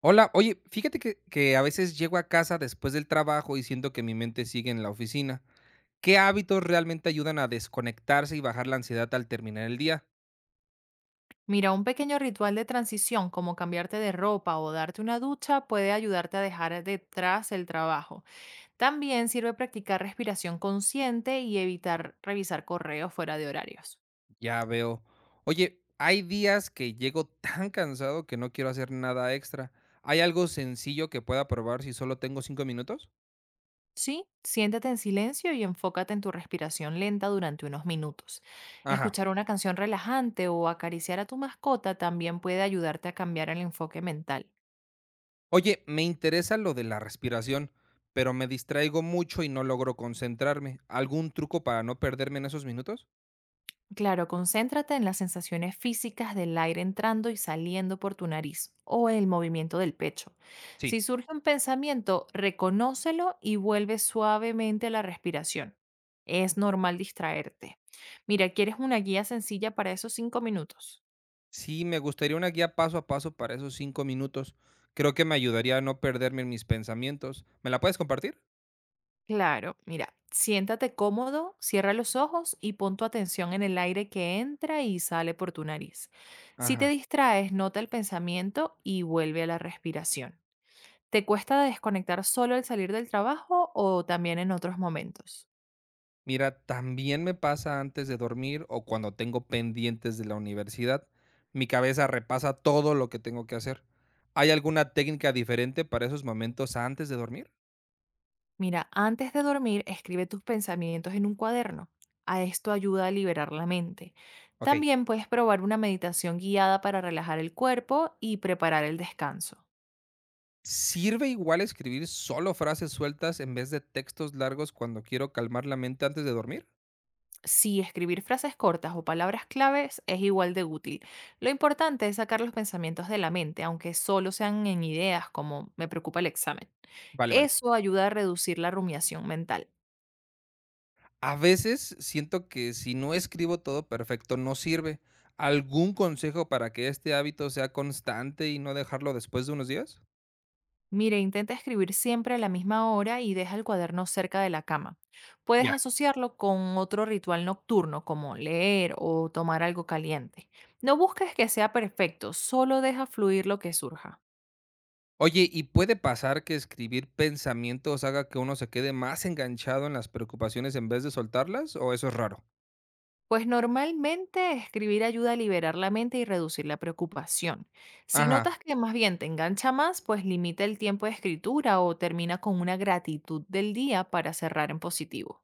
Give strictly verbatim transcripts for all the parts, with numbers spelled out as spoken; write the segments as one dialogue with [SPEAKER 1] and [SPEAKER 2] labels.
[SPEAKER 1] Hola, oye, fíjate que, que a veces llego a casa después del trabajo y siento que mi mente sigue en la oficina. ¿Qué hábitos realmente ayudan a desconectarse y bajar la ansiedad al terminar el día?
[SPEAKER 2] Mira, un pequeño ritual de transición como cambiarte de ropa o darte una ducha puede ayudarte a dejar detrás el trabajo. También sirve practicar respiración consciente y evitar revisar correos fuera de horarios.
[SPEAKER 1] Ya veo. Oye, hay días que llego tan cansado que no quiero hacer nada extra. ¿Hay algo sencillo que pueda probar si solo tengo cinco minutos?
[SPEAKER 2] Sí, siéntate en silencio y enfócate en tu respiración lenta durante unos minutos.
[SPEAKER 1] Ajá.
[SPEAKER 2] Escuchar una canción relajante o acariciar a tu mascota también puede ayudarte a cambiar el enfoque mental.
[SPEAKER 1] Oye, me interesa lo de la respiración, pero me distraigo mucho y no logro concentrarme. ¿Algún truco para no perderme en esos minutos?
[SPEAKER 2] Claro, concéntrate en las sensaciones físicas del aire entrando y saliendo por tu nariz o en el movimiento del pecho.
[SPEAKER 1] Sí.
[SPEAKER 2] Si surge un pensamiento, reconócelo y vuelve suavemente a la respiración. Es normal distraerte. Mira, ¿quieres una guía sencilla para esos cinco minutos?
[SPEAKER 1] Sí, me gustaría una guía paso a paso para esos cinco minutos. Creo que me ayudaría a no perderme en mis pensamientos. ¿Me la puedes compartir?
[SPEAKER 2] Claro, mira, siéntate cómodo, cierra los ojos y pon tu atención en el aire que entra y sale por tu nariz. Si te
[SPEAKER 1] Ajá.
[SPEAKER 2] distraes, nota el pensamiento y vuelve a la respiración. ¿Te cuesta desconectar solo al salir del trabajo o también en otros momentos?
[SPEAKER 1] Mira, también me pasa antes de dormir o cuando tengo pendientes de la universidad. Mi cabeza repasa todo lo que tengo que hacer. ¿Hay alguna técnica diferente para esos momentos antes de dormir?
[SPEAKER 2] Mira, antes de dormir, escribe tus pensamientos en un cuaderno. A esto ayuda a liberar la mente.
[SPEAKER 1] Ok.
[SPEAKER 2] También puedes probar una meditación guiada para relajar el cuerpo y preparar el descanso.
[SPEAKER 1] ¿Sirve igual escribir solo frases sueltas en vez de textos largos cuando quiero calmar la mente antes de dormir?
[SPEAKER 2] Si escribir frases cortas o palabras claves es igual de útil. Lo importante es sacar los pensamientos de la mente, aunque solo sean en ideas como me preocupa el examen.
[SPEAKER 1] Vale, vale.
[SPEAKER 2] Eso ayuda a reducir la rumiación mental.
[SPEAKER 1] A veces siento que si no escribo todo perfecto no sirve. ¿Algún consejo para que este hábito sea constante y no dejarlo después de unos días?
[SPEAKER 2] Mire, intenta escribir siempre a la misma hora y deja el cuaderno cerca de la cama. Puedes
[SPEAKER 1] Ya.
[SPEAKER 2] asociarlo con otro ritual nocturno, como leer o tomar algo caliente. No busques que sea perfecto, solo deja fluir lo que surja.
[SPEAKER 1] Oye, ¿y puede pasar que escribir pensamientos haga que uno se quede más enganchado en las preocupaciones en vez de soltarlas? ¿O eso es raro?
[SPEAKER 2] Pues normalmente escribir ayuda a liberar la mente y reducir la preocupación. Si
[SPEAKER 1] Ajá,
[SPEAKER 2] notas que más bien te engancha más, pues limita el tiempo de escritura o termina con una gratitud del día para cerrar en positivo.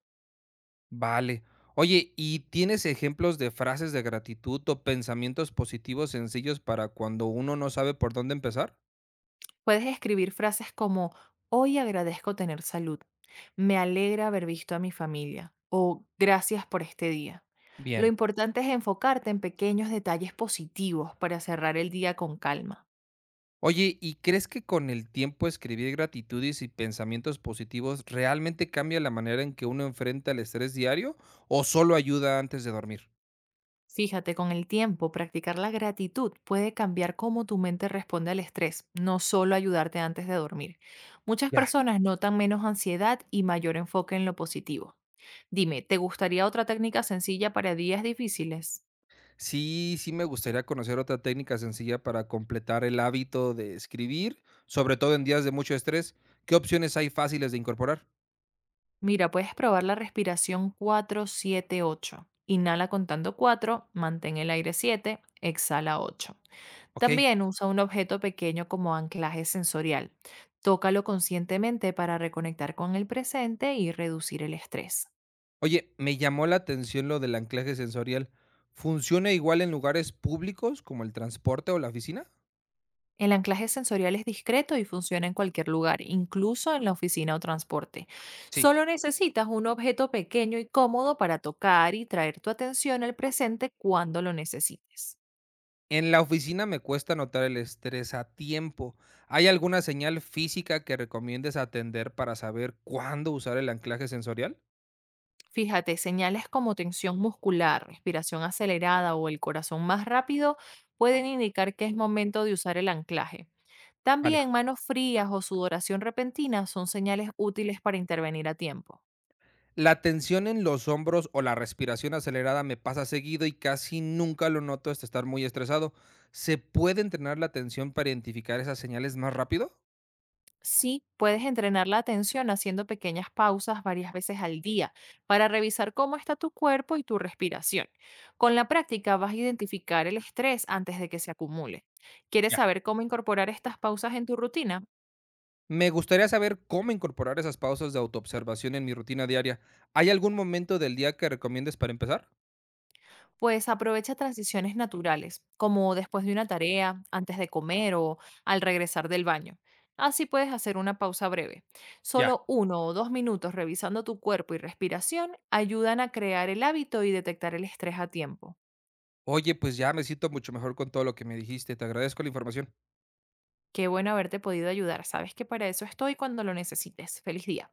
[SPEAKER 1] vale. Oye, ¿y tienes ejemplos de frases de gratitud o pensamientos positivos sencillos para cuando uno no sabe por dónde empezar?
[SPEAKER 2] Puedes escribir frases como, hoy agradezco tener salud, me alegra haber visto a mi familia o gracias por este día. Lo
[SPEAKER 1] Bien.
[SPEAKER 2] importante es enfocarte en pequeños detalles positivos para cerrar el día con calma.
[SPEAKER 1] Oye, ¿y crees que con el tiempo escribir gratitudes y pensamientos positivos realmente cambia la manera en que uno enfrenta el estrés diario o solo ayuda antes de dormir?
[SPEAKER 2] Fíjate, con el tiempo, practicar la gratitud puede cambiar cómo tu mente responde al estrés, no solo ayudarte antes de dormir. Muchas
[SPEAKER 1] Ya.
[SPEAKER 2] personas notan menos ansiedad y mayor enfoque en lo positivo. Dime, ¿te gustaría otra técnica sencilla para días difíciles?
[SPEAKER 1] Sí, sí me gustaría conocer otra técnica sencilla para completar el hábito de escribir, sobre todo en días de mucho estrés. ¿Qué opciones hay fáciles de incorporar?
[SPEAKER 2] Mira, puedes probar la respiración cuatro siete ocho. Inhala contando cuatro, mantén el aire siete, exhala ocho.
[SPEAKER 1] Ok.
[SPEAKER 2] También usa un objeto pequeño como anclaje sensorial. Tócalo conscientemente para reconectar con el presente y reducir el estrés.
[SPEAKER 1] Oye, me llamó la atención lo del anclaje sensorial. ¿Funciona igual en lugares públicos como el transporte o la oficina?
[SPEAKER 2] El anclaje sensorial es discreto y funciona en cualquier lugar, incluso en la oficina o transporte.
[SPEAKER 1] Sí.
[SPEAKER 2] Solo necesitas un objeto pequeño y cómodo para tocar y traer tu atención al presente cuando lo necesites.
[SPEAKER 1] En la oficina me cuesta notar el estrés a tiempo. ¿Hay alguna señal física que recomiendes atender para saber cuándo usar el anclaje sensorial?
[SPEAKER 2] Fíjate, señales como tensión muscular, respiración acelerada o el corazón más rápido pueden indicar que es momento de usar el anclaje.
[SPEAKER 1] Vale.
[SPEAKER 2] También manos frías o sudoración repentina son señales útiles para intervenir a tiempo.
[SPEAKER 1] La tensión en los hombros o la respiración acelerada me pasa seguido y casi nunca lo noto hasta estar muy estresado. ¿Se puede entrenar la atención para identificar esas señales más rápido?
[SPEAKER 2] Sí, puedes entrenar la atención haciendo pequeñas pausas varias veces al día para revisar cómo está tu cuerpo y tu respiración. Con la práctica vas a identificar el estrés antes de que se acumule. ¿Quieres
[SPEAKER 1] Ya.
[SPEAKER 2] saber cómo incorporar estas pausas en tu rutina?
[SPEAKER 1] Me gustaría saber cómo incorporar esas pausas de autoobservación en mi rutina diaria. ¿Hay algún momento del día que recomiendes para empezar?
[SPEAKER 2] Pues aprovecha transiciones naturales, como después de una tarea, antes de comer o al regresar del baño. Así puedes hacer una pausa breve.
[SPEAKER 1] Ya.
[SPEAKER 2] Solo uno o dos minutos revisando tu cuerpo y respiración ayudan a crear el hábito y detectar el estrés a tiempo.
[SPEAKER 1] Oye, pues ya me siento mucho mejor con todo lo que me dijiste. Te agradezco la información.
[SPEAKER 2] Qué bueno haberte podido ayudar. Sabes que para eso estoy cuando lo necesites. Feliz día.